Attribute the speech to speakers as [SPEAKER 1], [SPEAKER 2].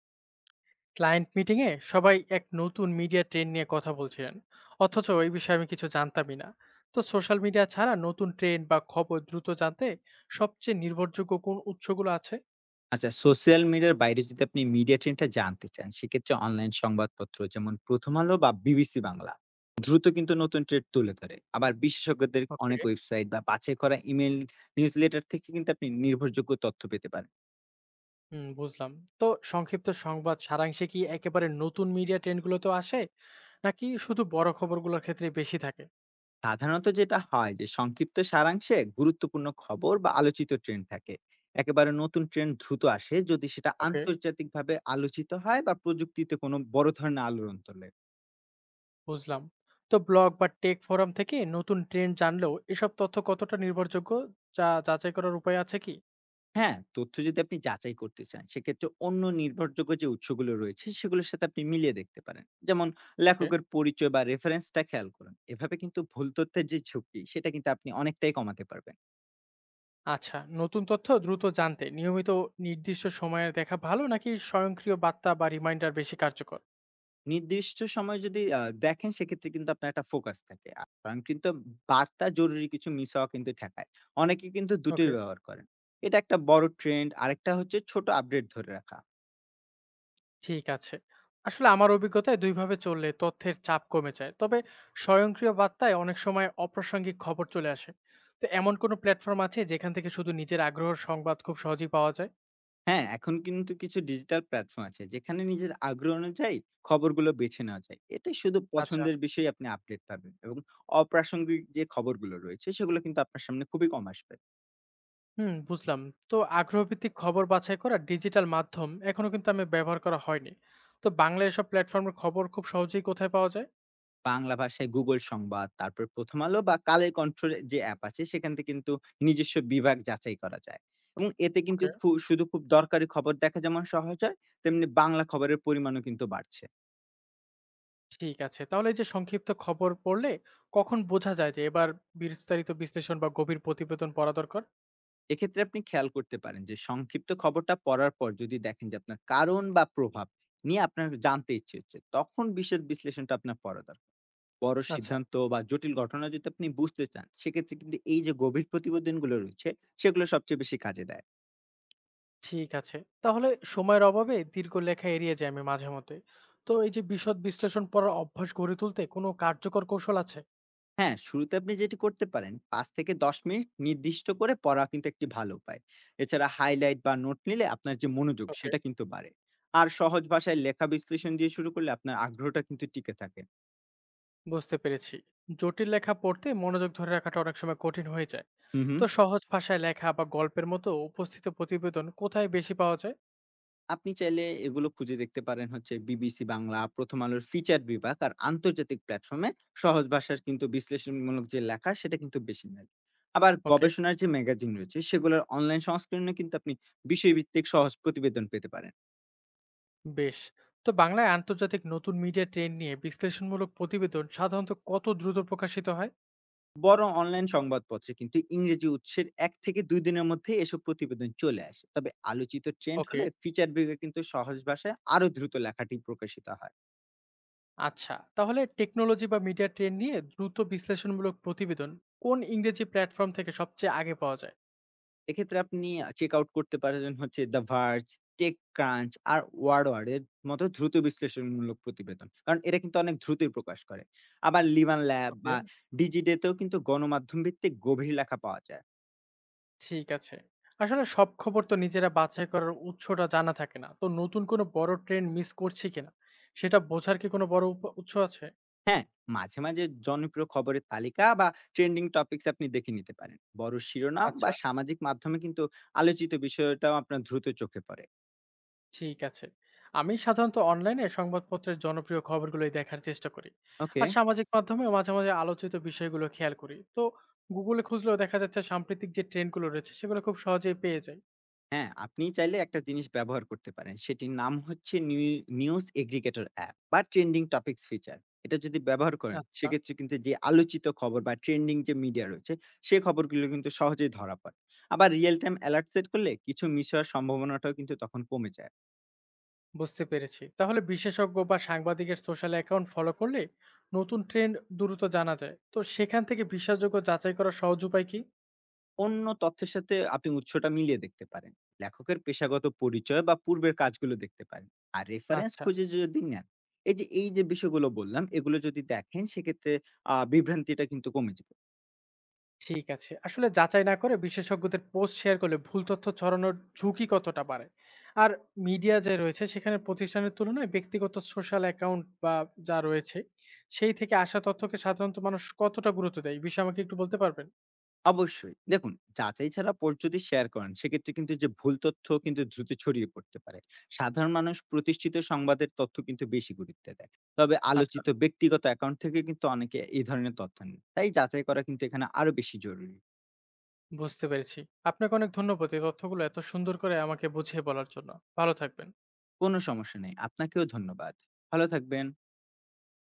[SPEAKER 1] Client meeting এ সবাই এক নতুন মিডিয়া ট্রেন্ড নিয়ে কথা বলছিলেন, অথচ এই বিষয়ে আমি কিছু জানতামই না। তো সোশ্যাল মিডিয়া ছাড়া নতুন ট্রেন্ড বা খবর দ্রুত জানতে সবচেয়ে নির্ভরযোগ্য কোন উৎসগুলো আছে?
[SPEAKER 2] আচ্ছা সোশ্যাল মিডিয়ার বাইরে যদি আপনি মিডিয়া ট্রেন্ডটা জানতে চান, সেক্ষেত্রে অনলাইন সংবাদপত্র যেমন 'প্রথম আলো' বা 'বিবিসি বাংলা' দ্রুত কিন্তু নতুন ট্রেন্ড তুলে ধরে। আবার বিশেষজ্ঞদের
[SPEAKER 1] ওকে।
[SPEAKER 2] অনেক ওয়েবসাইট বা বাছাই করা ইমেইল নিউজলেটার থেকে কিন্তু আপনি নির্ভরযোগ্য তথ্য পেতে পারেন।
[SPEAKER 1] হুম, বুঝলাম। তো সংক্ষিপ্ত সংবাদ সারাংশে কি একেবারে নতুন মিডিয়া ট্রেন্ডগুলো তো আসে, নাকি শুধু বড় খবরগুলোর ক্ষেত্রে বেশি থাকে?
[SPEAKER 2] সাধারণত যেটা হয় যে সংক্ষিপ্ত সারাংশে গুরুত্বপূর্ণ খবর বা আলোচিত ট্রেন্ড থাকে। একেবারে নতুন ট্রেন্ড দ্রুত আসে যদি সেটা
[SPEAKER 1] ওকে,
[SPEAKER 2] আন্তর্জাতিকভাবে আলোচিত হয় বা প্রযুক্তিতে কোনো বড় ধরনের আলোড়ন তোলে।
[SPEAKER 1] বুঝলাম। তো ব্লগ বা টেক ফোরাম থেকে নতুন ট্রেন্ড জানলেও এসব তথ্য কতটা নির্ভরযোগ্য, যা যাচাই করার উপায় আছে কি?
[SPEAKER 2] হ্যাঁ, তথ্য যদি আপনি যাচাই করতে চান, সেক্ষেত্রে অন্য নির্ভরযোগ্য যে উৎসগুলো রয়েছে, সেগুলোর সাথে আপনি মিলিয়ে দেখতে পারেন। যেমন
[SPEAKER 1] ওকে।
[SPEAKER 2] লেখকের পরিচয় বা রেফারেন্সটা খেয়াল করুন। এভাবে কিন্তু ভুল তথ্যের যে ঝুঁকি, সেটা কিন্তু আপনি অনেকটাই কমাতে পারবেন।
[SPEAKER 1] আচ্ছা, নতুন তথ্য দ্রুত জানতে নিয়মিত নির্দিষ্ট সময়ে দেখা ভালো নাকি স্বয়ংক্রিয় বার্তা বা রিমাইন্ডার বেশি কার্যকর?
[SPEAKER 2] নির্দিষ্ট সময় যদি দেখেন, সেক্ষেত্রে কিন্তু আপনার একটা ফোকাস থাকে। আর কারণ কিন্তু বার্তা জরুরি কিছু মিস হওয়া কিন্তু ঠেকায়। অনেকে কিন্তু দুটোই
[SPEAKER 1] ওকে।
[SPEAKER 2] ব্যবহার করেন। এটা একটা বড় ট্রেন্ড, আরেকটা হচ্ছে ছোট আপডেট ধরে রাখা।
[SPEAKER 1] ঠিক আছে। আসলে আমার অভিজ্ঞতায় দুইভাবে চললে তথ্যের চাপ কমে যায়, তবে স্বয়ংক্রিয় বার্তায় অনেক সময় অপ্রাসঙ্গিক খবর চলে আসে। তো এমন কোনো প্ল্যাটফর্ম আছে যেখান থেকে শুধু নিজের আগ্রহের সংবাদ খুব সহজেই পাওয়া যায়?
[SPEAKER 2] হ্যাঁ, এখন কিন্তু কিছু ডিজিটাল প্ল্যাটফর্ম আছে যেখানে নিজের আগ্রহ অনুযায়ী খবরগুলো বেছে নেওয়া যায়। এতে শুধু
[SPEAKER 1] আচ্ছা।
[SPEAKER 2] পছন্দের বিষয়ে আপনি আপডেট পাবেন এবং অপ্রাসঙ্গিক যে খবরগুলো রয়েছে সেগুলো কিন্তু আপনার সামনে খুবই কম আসবে।
[SPEAKER 1] হুম, বুঝলাম। তো আগ্রহভিত্তিক খবর বাছাই করা ডিজিটাল মাধ্যম এখনো কিন্তু আমি ব্যবহার করা হয়নি। তো বাংলা এসব প্ল্যাটফর্মের খবর খুব সহজেই কোথায় পাওয়া যায়?
[SPEAKER 2] বাংলা ভাষায় গুগল সংবাদ, তারপর প্রথম আলো বা কালের কণ্ঠের যে অ্যাপ আছে সেখান থেকে কিন্তু নিজস্ব বিভাগ যাচাই করা যায়। এবং এতে কিন্তু
[SPEAKER 1] ওকে।
[SPEAKER 2] শুধু খুব দরকারি খবর দেখা যেমন সহজ হয়, তেমনি বাংলা খবরের পরিমাণও কিন্তু বাড়ছে।
[SPEAKER 1] ঠিক আছে। তাহলে এই যে সংক্ষিপ্ত খবর পড়লে কখন বোঝা যায় যে এবার বিস্তারিত বিশ্লেষণ বা গভীর প্রতিবেদন পড়া দরকার?
[SPEAKER 2] এক্ষেত্রে আপনি খেয়াল করতে পারেন যে সংক্ষিপ্ত খবরটা পড়ার পর যদি দেখেন যে আপনার কারণ বা প্রভাব নিয়ে আপনার জানতে ইচ্ছে হচ্ছে তখন বিশেষ বিশ্লেষণটা আপনার পড়া দরকার। বড়
[SPEAKER 1] আচ্ছা।
[SPEAKER 2] সিদ্ধান্ত বা জটিল ঘটনা যদি আপনি বুঝতে চান সেক্ষেত্রে কিন্তু এই যে গভীর প্রতিবেদনগুলো রয়েছে সেগুলো সবচেয়ে বেশি কাজে দেয়।
[SPEAKER 1] ঠিক আছে। তাহলে সময়ের অভাবে দীর্ঘ লেখা এড়িয়ে যাই আমি মাঝে মধ্যে। তো এই যে বিশদ বিশ্লেষণ পড়ার অভ্যাস গড়ে তুলতে কোনো কার্যকর কৌশল আছে?
[SPEAKER 2] হ্যাঁ, শুরুতে আপনি যেটি করতে পারেন 5 থেকে 10 মিনিট নির্দিষ্ট করে পড়া কিন্তু একটি ভালো উপায়। এছাড়া হাইলাইট বা নোট নিলে আপনার যে মনোযোগ
[SPEAKER 1] ওকে,
[SPEAKER 2] সেটা কিন্তু বাড়ে। আর সহজ ভাষায় লেখা বিশ্লেষণ দিয়ে শুরু করলে আপনার আগ্রহটা কিন্তু টিকে থাকে।
[SPEAKER 1] বুঝতে পেরেছি। জটিল লেখা পড়তে মনোযোগ ধরে রাখাটা অনেক সময় কঠিন হয়ে যায়।
[SPEAKER 2] হুম হুম।
[SPEAKER 1] তো সহজ ভাষায় লেখা বা গল্পের মতো উপস্থিত প্রতিবেদন কোথায় বেশি পাওয়া যায়?
[SPEAKER 2] আপনি চাইলে এগুলো খুঁজে দেখতে পারেন হচ্ছে বিবিসি বাংলা, প্রথম আলোর ফিচার বিভাগ আর আন্তর্জাতিক প্ল্যাটফর্মে সহজ ভাষার কিন্তু বিশ্লেষণমূলক যে লেখা সেটা কিন্তু বেশি নেয়। আবার
[SPEAKER 1] ওকে।
[SPEAKER 2] গবেষণার যে ম্যাগাজিন রয়েছে সেগুলোর অনলাইন সংস্করণে কিন্তু আপনি বিষয়ভিত্তিক সহজ প্রতিবেদন পেতে পারেন।
[SPEAKER 1] বেশ। তো বাংলায় আন্তর্জাতিক নতুন মিডিয়া ট্রেন্ড নিয়ে বিশ্লেষণমূলক প্রতিবেদন সাধারণত কত দ্রুত প্রকাশিত হয়?
[SPEAKER 2] বড় অনলাইন সংবাদপত্রে কিন্তু ইংরেজি উৎসের 1 থেকে 2 দিনের মধ্যে এসব প্রতিবেদন চলে আসে। তবে আলোচিত ট্রেন্ড
[SPEAKER 1] ওকে।
[SPEAKER 2] হলে ফিচার বিভাগে কিন্তু সহজ ভাষায় আরো দ্রুত লেখাটি প্রকাশিত হয়।
[SPEAKER 1] আচ্ছা, তাহলে টেকনোলজি বা মিডিয়া ট্রেন্ড নিয়ে দ্রুত বিশ্লেষণমূলক প্রতিবেদন কোন ইংরেজি প্ল্যাটফর্ম থেকে সবচেয়ে আগে পাওয়া যায়?
[SPEAKER 2] এক্ষেত্রে আপনি চেক আউট করতে পারেন হচ্ছে দ্যা ভার্জ, টেকক্রাঞ্চ আর ওয়ারওয়ার এর মতো দ্রুত বিশ্লেষণমূলক প্রতিবেদন। কারণ এরা কিন্তু অনেক দ্রুতই প্রকাশ করে। আবার লিবান ল্যাব
[SPEAKER 1] ওকে।
[SPEAKER 2] বা ডিজিডেতেও কিন্তু গণমাধ্যম ভিত্তিক গভীর লেখা পাওয়া যায়।
[SPEAKER 1] ঠিক আছে। আসলে সব খবর তো নিজেরা বাছাই করার উৎসটা জানা থাকে না, তো নতুন কোনো বড় ট্রেন্ড মিস করছি কিনা সেটা বোঝার কি কোনো বড় উৎস আছে?
[SPEAKER 2] হ্যাঁ, মাঝে, মাঝে জনপ্রিয় খবরের তালিকা বা ট্রেন্ডিং টপিকস আপনি দেখে নিতে পারেন। বড় শিরোনাম
[SPEAKER 1] আচ্ছা।
[SPEAKER 2] বা সামাজিক মাধ্যমে কিন্তু আলোচিত বিষয়টাও আপনার দ্রুত চোখে পড়ে।
[SPEAKER 1] ঠিক আছে। আমি সাধারণত অনলাইনে সংবাদপত্রের জনপ্রিয় খবরগুলোই দেখার চেষ্টা করি।
[SPEAKER 2] ওকে।
[SPEAKER 1] আর সামাজিক মাধ্যমেও মাঝে মাঝে আলোচিত বিষয়গুলো খেয়াল করি। তো Google এ খুঁজলেও দেখা যাচ্ছে সাম্প্রতিক যে ট্রেন্ডগুলো রয়েছে সেগুলো খুব সহজেই পেয়ে যাই।
[SPEAKER 2] হ্যাঁ, আপনি চাইলে একটা জিনিস ব্যবহার করতে পারেন। সেটির নাম হচ্ছে নিউজ এগ্রিগেটর অ্যাপ বা ট্রেন্ডিং টপিকস ফিচার। এটা যদি ব্যবহার করেন,
[SPEAKER 1] আচ্ছা,
[SPEAKER 2] সেক্ষেত্রে কিন্তু যে আলোচিত খবর বা ট্রেন্ডিং যে মিডিয়া রয়েছে, সে খবরগুলো কিন্তু সহজেই ধরা পড়ে। আবার রিয়াল টাইম অ্যালার্ট সেট করলে কিছু মিস হওয়ার সম্ভাবনাটাও কিন্তু তখন কমে যায়।
[SPEAKER 1] বুঝতে পেরেছি। তাহলে বিশেষজ্ঞ বা সাংবাদিকের সোশ্যাল অ্যাকাউন্ট ফলো করলে নতুন ট্রেন্ড দ্রুত জানা যায়। তো সেখান থেকে বিশ্বাসযোগ্য যাচাই করার সহজ উপায় কি?
[SPEAKER 2] অন্য তথ্যের সাথে আপনি উৎসটা মিলিয়ে দেখতে পারেন। লেখকের পেশাগত পরিচয় বা পূর্বের কাজগুলো দেখতে পারেন। আর রেফারেন্স
[SPEAKER 1] আচ্ছা।
[SPEAKER 2] খুঁজে যদি নেন, এই যে বিষয়গুলো বললাম, এগুলো যদি দেখেন সেক্ষেত্রে বিভ্রান্তিটা কিন্তু কমে যাবে।
[SPEAKER 1] ঠিক আছে। আসলে যাচাই না করে বিশেষজ্ঞদের পোস্ট শেয়ার করলে ভুল তথ্য ছড়ানোর ঝুঁকি কতটা বাড়ে? আর মিডিয়া যে রয়েছে সেখানে প্রতিষ্ঠানের তুলনায় ব্যক্তিগত সোশ্যাল অ্যাকাউন্ট বা যা রয়েছে সেই থেকে আসা তথ্যকে সাধারণত মানুষ কতটা গুরুত্ব দেয়? এই বিষয়ে আমাকে একটু বলতে পারবেন?
[SPEAKER 2] অবশ্যই। দেখুন, যাচাই ছাড়া পোস্ট যদি শেয়ার করেন সেক্ষেত্রে কিন্তু যে ভুল তথ্য কিন্তু দ্রুত ছড়িয়ে পড়তে পারে। সাধারণ মানুষ প্রতিষ্ঠিত সংবাদের তথ্য কিন্তু বেশি গুরুত্ব দেয়। তবে
[SPEAKER 1] আচ্ছা,
[SPEAKER 2] আলোচিত ব্যক্তিগত অ্যাকাউন্ট থেকে কিন্তু অনেকে এই ধরনের তথ্য নেন। তাই যাচাই করা কিন্তু এখানে আরো বেশি জরুরি।
[SPEAKER 1] বুঝতে পেরেছি। আপনাকে অনেক ধন্যবাদ এই তথ্যগুলো এত সুন্দর করে আমাকে বুঝিয়ে বলার জন্য। ভালো থাকবেন।
[SPEAKER 2] কোনো সমস্যা নেই। আপনাকেও ধন্যবাদ। ভালো থাকবেন।